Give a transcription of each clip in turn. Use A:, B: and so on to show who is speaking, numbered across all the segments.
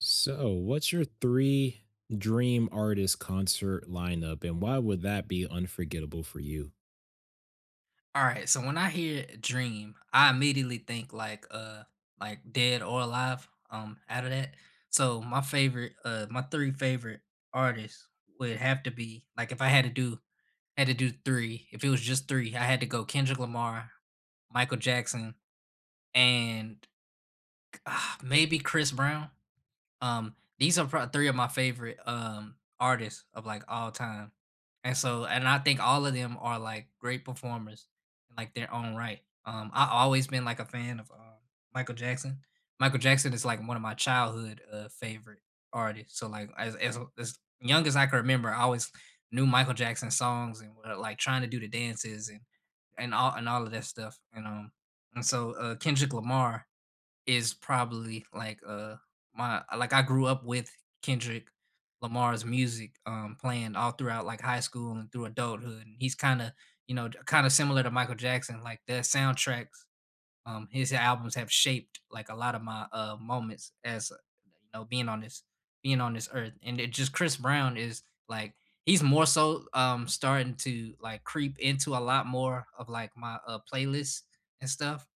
A: So, what's your three dream artist concert lineup, and why would that be unforgettable for you?
B: All right, so when I hear dream, I immediately think like dead or alive out of that. So my favorite my three favorite artists would have to be like if I had to do three, if it was just three, I had to go Kendrick Lamar, Michael Jackson, and maybe Chris Brown. These are probably three of my favorite artists of like all time. And I think all of them are like great performers in like their own right. I always been like a fan of Michael Jackson. Michael Jackson is like one of my childhood favorite artists. So like as young as I can remember, I always knew Michael Jackson songs and were, like trying to do the dances and all of that stuff. And Kendrick Lamar is probably my like, I grew up with Kendrick Lamar's music, playing all throughout, like, high school and through adulthood, and he's kinda similar to Michael Jackson, like, their soundtracks, his albums have shaped, like, a lot of my, moments as, you know, being on this being on this earth, and it just Chris Brown is, like he's more so, starting to, like, creep into a lot more of, like, my, playlists and stuff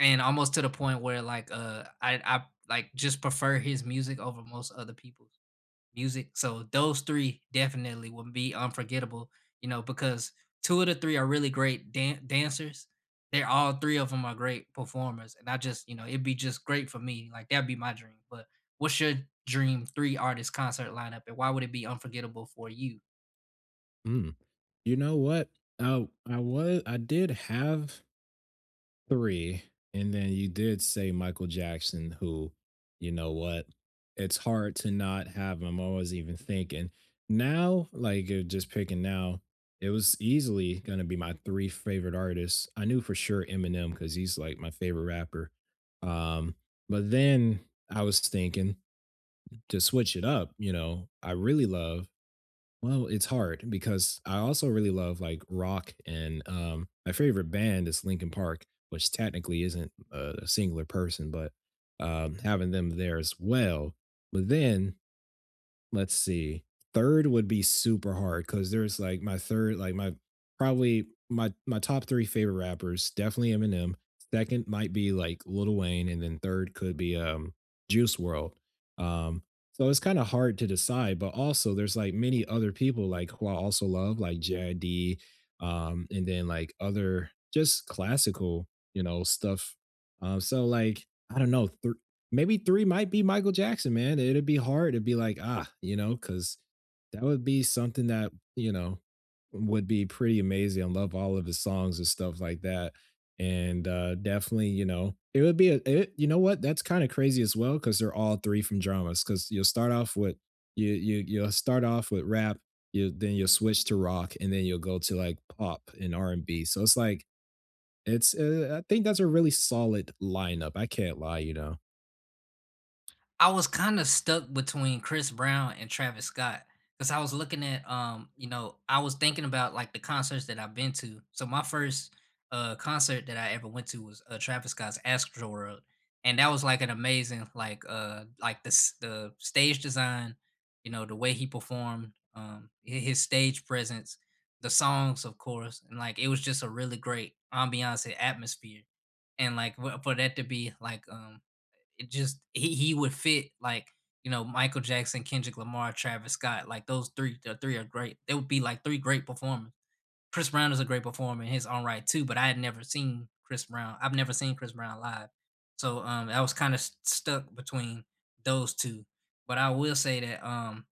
B: and almost to the point where like I like just prefer his music over most other people's music. So those three definitely would be unforgettable, you know, because two of the three are really great dancers. They're all three of them are great performers, and I just you know it'd be just great for me. Like that'd be my dream. But what's your dream three artist concert lineup, and why would it be unforgettable for you?
A: Mm, you know what? I did have three. And then you did say Michael Jackson, who, you know what, it's hard to not have him. I was even thinking now, just picking now. It was easily going to be my three favorite artists. I knew for sure Eminem because he's like my favorite rapper. Um, but then I was thinking to switch it up. You know, I really love well, it's hard because I also really love like rock, and my favorite band is Linkin Park, which technically isn't a singular person, but having them there as well. But then let's see. Third would be super hard because there's like my third, like my probably my top three favorite rappers. Definitely Eminem. Second might be like Lil Wayne, and then third could be Juice World. Um, so it's kind of hard to decide, but also there's like many other people like who I also love, like JID, and then like other just classical, you know, stuff. So like I don't know, maybe three might be Michael Jackson, man. It'd be hard to be like, ah, you know, because that would be something that, you know, would be pretty amazing. I love all of his songs and stuff like that. And definitely, you know, it would be you know what? That's kind of crazy as well, because they're all three from dramas. Cause you'll start off with you'll start off with rap, you then you'll switch to rock, and then you'll go to like pop and R and B. So it's like it's I think that's a really solid lineup. I can't lie, you know.
B: I was kind of stuck between Chris Brown and Travis Scott because I was looking at, you know, I was thinking about like the concerts that I've been to. So my first concert that I ever went to was Travis Scott's Astroworld, and that was like an amazing, like the stage design, you know, the way he performed, um, his stage presence, the songs, of course, and like it was just a really great ambiance and atmosphere, and for that to be like, it just he would fit like you know Michael Jackson, Kendrick Lamar, Travis Scott. Like those three, the three are great. They would be like three great performers. Chris Brown is a great performer in his own right too, but I had never seen Chris Brown. I've never seen Chris Brown live, so I was kind of stuck between those two. But I will say that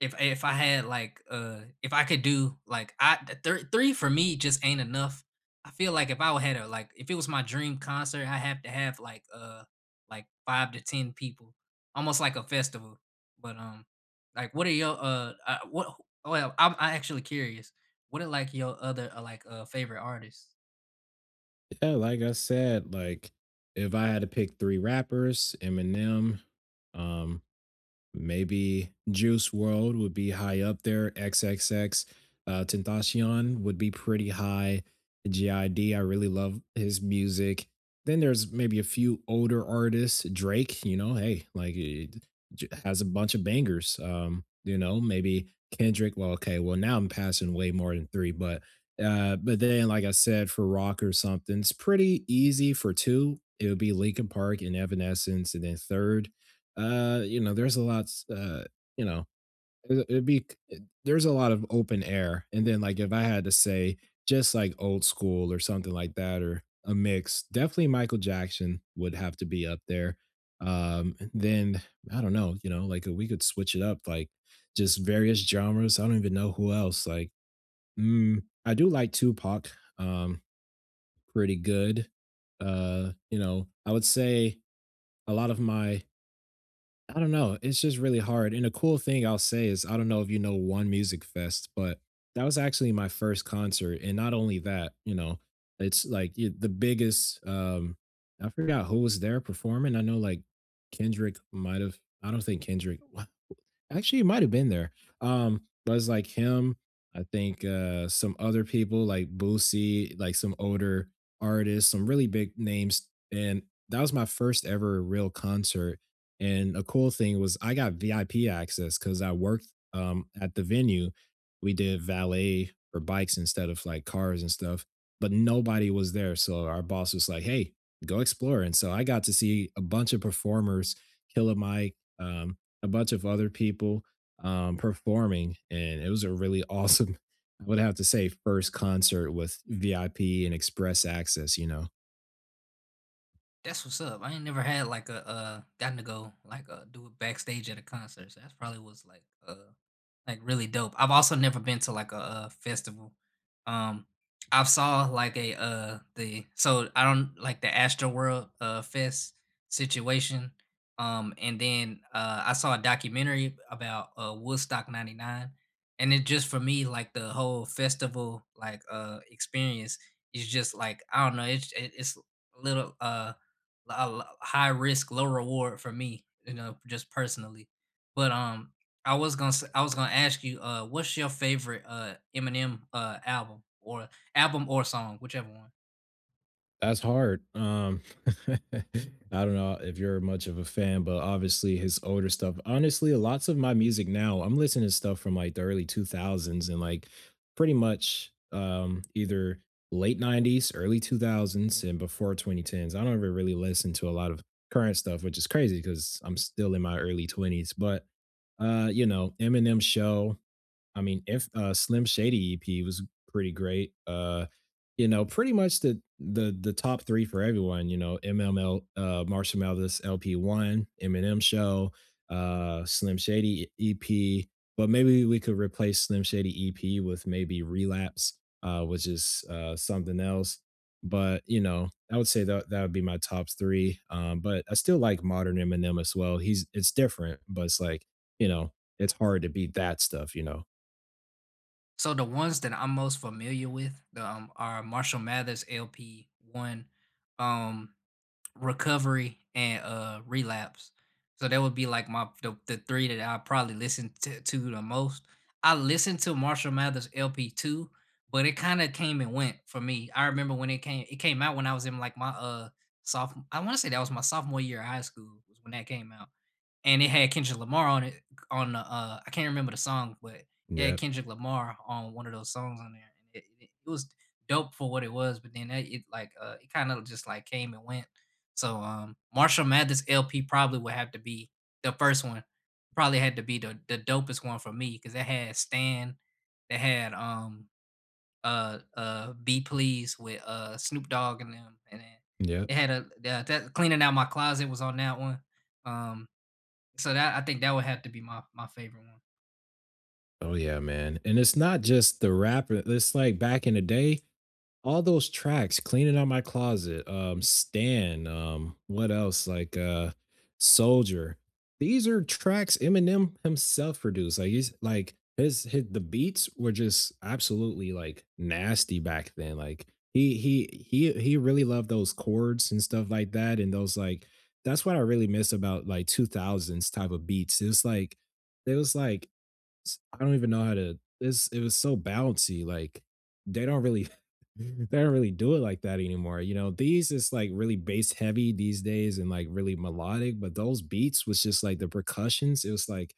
B: if I had like if I could do like I th- three three for me just ain't enough. I feel like if I would had a like if it was my dream concert, I have to have like five to ten people, almost like a festival. But like what are your what well I'm I actually curious. What are like your other favorite artists?
A: Yeah, like I said, like if I had to pick three rappers, Eminem, um, maybe Juice World would be high up there. XXX Tentacion would be pretty high. GID, I really love his music. Then there's maybe a few older artists. Drake, you know, hey, like has a bunch of bangers. You know, maybe Kendrick. Well, okay, well now I'm passing way more than three, but then like I said, for rock or something, it's pretty easy for two. It would be Linkin Park and Evanescence, and then third you know, there's a lot, uh, you know, it'd be there's a lot of open air. And then, like, if I had to say just, like, old school or something like that or a mix, definitely Michael Jackson would have to be up there. Then I don't know, you know, like, we could switch it up, like, just various genres. I don't even know who else, like, mm, I do like Tupac, um, pretty good. You know, I would say a lot of my I don't know, it's just really hard. And a cool thing I'll say is I don't know if you know One Music Fest, but that was actually my first concert. And not only that, you know, it's like y the biggest, I forgot who was there performing. I know, like, Kendrick might have I don't think Kendrick wa actually, it might have been there. But it's like him. I think some other people like Boosie, like some older artists, some really big names. And that was my first ever real concert. And a cool thing was I got VIP access because I worked at the venue. We did valet for bikes instead of like cars and stuff, but nobody was there. So our boss was like, "Hey, go explore." And so I got to see a bunch of performers, Killer Mike, a bunch of other people performing, and it was a really awesome, I would have to say, first concert with VIP and express access. You know,
B: That's what's up. I ain't never had like a gotten to go like do it backstage at a concert. So that's probably was like, really dope. I've also never been to, like, a, festival. Um, I've saw, like, a, the so I don't like the Astroworld, Fest situation, and then I saw a documentary about, Woodstock '99, and it just for me, like, the whole festival, like, experience is just, like, I don't know, it's a little, a l high risk, low reward for me, you know, just personally. But, I was gonna say, I was gonna ask you, what's your favorite Eminem album or album or song, whichever one.
A: that's hard. I don't know if you're much of a fan, but obviously his older stuff. Honestly, lots of my music now, I'm listening to stuff from like the early 2000s, and like pretty much either late 90s, early 2000s and before 2010s. I don't ever really listen to a lot of current stuff, which is crazy because I'm still in my early 20s. But you know, Eminem show, I mean, if Slim Shady EP was pretty great. You know, pretty much the top three for everyone. You know, MML, Marshall Mathers LP one, Eminem Show, Slim Shady EP. But maybe we could replace Slim Shady EP with maybe Relapse, which is something else. But you know, I would say that that would be my top three. But I still like modern Eminem as well. He's It's different, but it's like you know, it's hard to beat that stuff. You know.
B: So the ones that I'm most familiar with the, are Marshall Mathers LP one, um, recovery and relapse, so that would be like my the three that I probably listen to the most. I listened to Marshall Mathers LP2, but it kind of came and went for me. I remember when it came out when I was in like my sophomore, I want to say that was my sophomore year of high school was when that came out, and it had Kendrick Lamar on it on the I can't remember the song, but it had
A: Yep.
B: Kendrick Lamar on one of those songs on there, and it was dope for what it was, but then that, it it kind of just like came and went. So, Marshall Mathers LP probably would have to be the first one. Probably had to be the dopest one for me because it had Stan, that had Be Please with Snoop Dogg and them, and then
A: Yep.
B: it had a the that cleaning out my closet was on that one. Um, so that I think that would have to be my my favorite
A: Oh yeah, man. And it's not just the rapper. It's like back in the day, all those tracks, cleaning out my closet, Stan, what else? Soldier. These are tracks Eminem himself produced. Like he's like his the beats were just absolutely like nasty back then. Like he really loved those chords and stuff like that. And those like that's what I really miss about like 2000s type of beats. It's like it was like I don't even know how to this it was so bouncy. Like they don't really they don't really do it like that anymore. You know, these is like really bass heavy these days and like really melodic, but those beats was just like the percussions, it was like,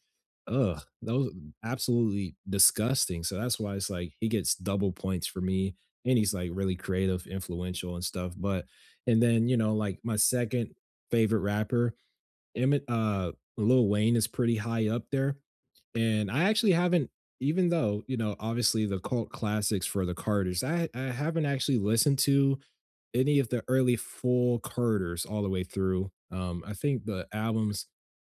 A: ugh, those absolutely disgusting. So that's why it's like he gets double points for me. And he's like really creative, influential and stuff. But and then, you know, like my second favorite rapper, Emmett, Lil Wayne is pretty high up there. And I actually haven't, even though, you know, obviously the cult classics for the Carters, I haven't actually listened to any of the early full Carters all the way through. I think the albums,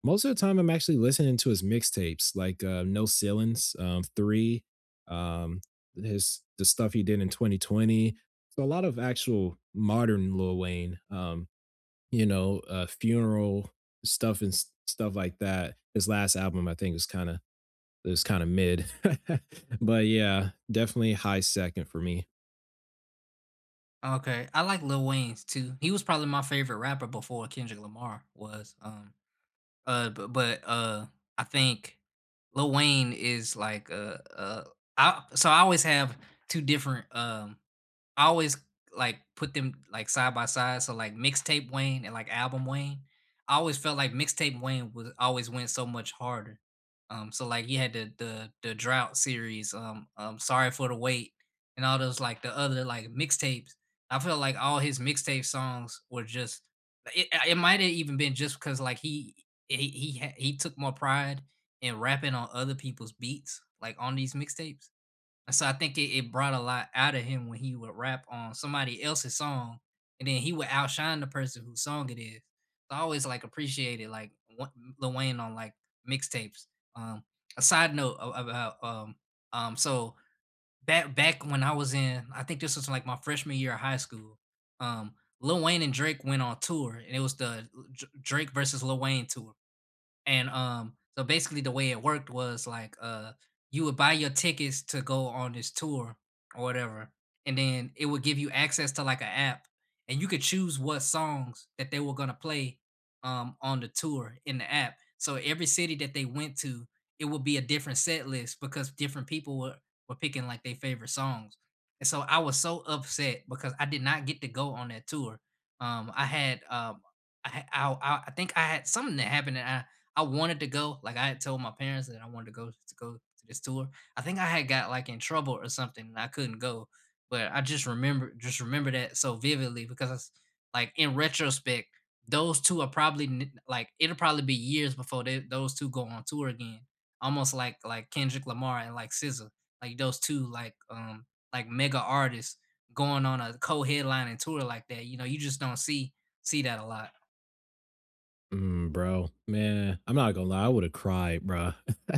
A: most of the time I'm actually listening to his mixtapes, No Ceilings, Three, um, his the stuff he did in 2020. So a lot of actual modern Lil Wayne. You know, funeral stuff and s stuff like that. His last album, I think, was kinda it was kinda mid. But yeah, definitely high 2nd for me.
B: one. Okay, I like Lil Wayne's too. He was probably my favorite rapper before Kendrick Lamar was. Uh, but but, uh, I think Lil Wayne is like, I so I always have two different, I always like put them like side by side. So like mixtape Wayne and like album Wayne. I always felt like mixtape Wayne was always went so much harder. So like he had the drought series, sorry for the wait, and all those like the other like mixtapes. I felt like all his mixtape songs were just. It might have even been just because he took more pride in rapping on other people's beats, like on these mixtapes. So I think it brought a lot out of him when he would rap on somebody else's song, and then he would outshine the person whose song it is. So I always like appreciated like Wa- Lil Wayne on like mixtapes. Um, a side note about um so back when I was in, I think this was like my freshman year of high school. Um, Lil Wayne and Drake went on tour, and it was the Drake versus Lil Wayne tour, and so basically the way it worked was like you would buy your tickets to go on this tour or whatever, and then it would give you access to like an app, and you could choose what songs that they were gonna play on the tour in the app. So every city that they went to, it would be a different set list because were picking like their favorite songs. And so I was so upset because I did not get to go on that tour. I had I, ha- I think I had something that happened, and I wanted to go. Like I had told my parents that I wanted to go to this tour. I think I had got like in trouble or something, and I couldn't go. But I just remember that so vividly because it's like in retrospect, those two are probably like it'll probably be years before those two go on tour again. Almost like Kendrick Lamar and like SZA, like those two like mega artists going on a co-headlining tour like that. You know, you just don't see that a lot.
A: Mm, bro, man, I'm not gonna lie, I would have cried, bro.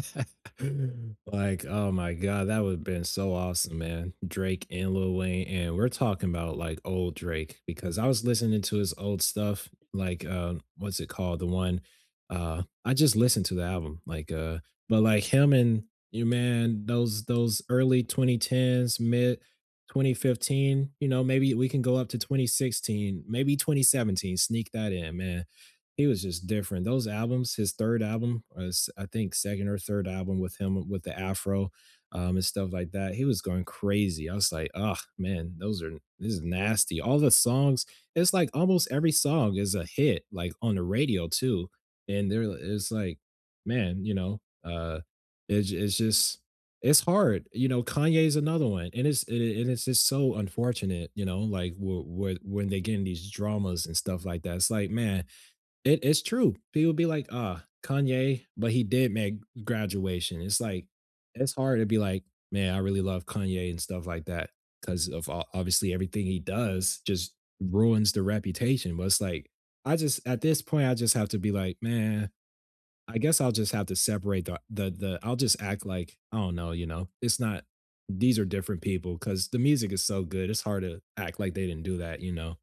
A: Like, oh my god, that would have been so awesome, man. Drake and Lil Wayne, and we're talking about like old Drake because I was listening to his old stuff, what's it called? The one I just listened to the album, but like him and you man, those early 2010s, mid 2015, you know, maybe we can go up to 2016, maybe 2017, sneak that in, man he was just different. Those albums, his third album, or his, I think second or third album with him with the afro and stuff like that, he was going crazy. I was like, oh man, those are this is nasty. All the songs, it's like almost every song is a hit, like on the radio too. And there, it's like, man, you know, it's just it's hard. You know, Kanye's another one, and and it's just so unfortunate. You know, like when they get in these dramas and stuff like that. It's like, man, it's true. People be like, "Ah, Kanye, but he did make Graduation." It's like, it's hard to be like, "Man, I really love Kanye and stuff like that because of o obviously everything he does just ruins the reputation." But it's like, I just at this point, I just have to be like, "Man, I guess I'll just have to separate the I'll just act like, I don't know, you know, it's not these are different people because the music is so good, it's hard to act like they didn't do that, you know?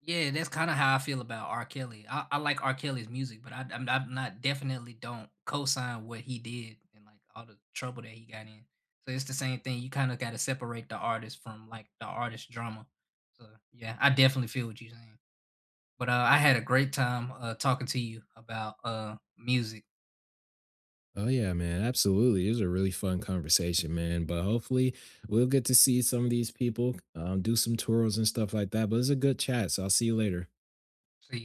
B: Yeah, that's kinda how I feel about R. Kelly. I like R. Kelly's music, but I'm not, definitely don't co-sign what he did and, like, all the trouble that he got in. So it's the same thing, you kinda gotta separate the artist from, like, the artist drama. So, yeah, I definitely feel what you're saying. But, I had a great time, talking to you about, music.
A: Oh yeah, man, absolutely. It was a really fun conversation, man. But hopefully we'll get to see some of these people, do some tours and stuff like that. But it's a good chat, so I'll see you later.
B: See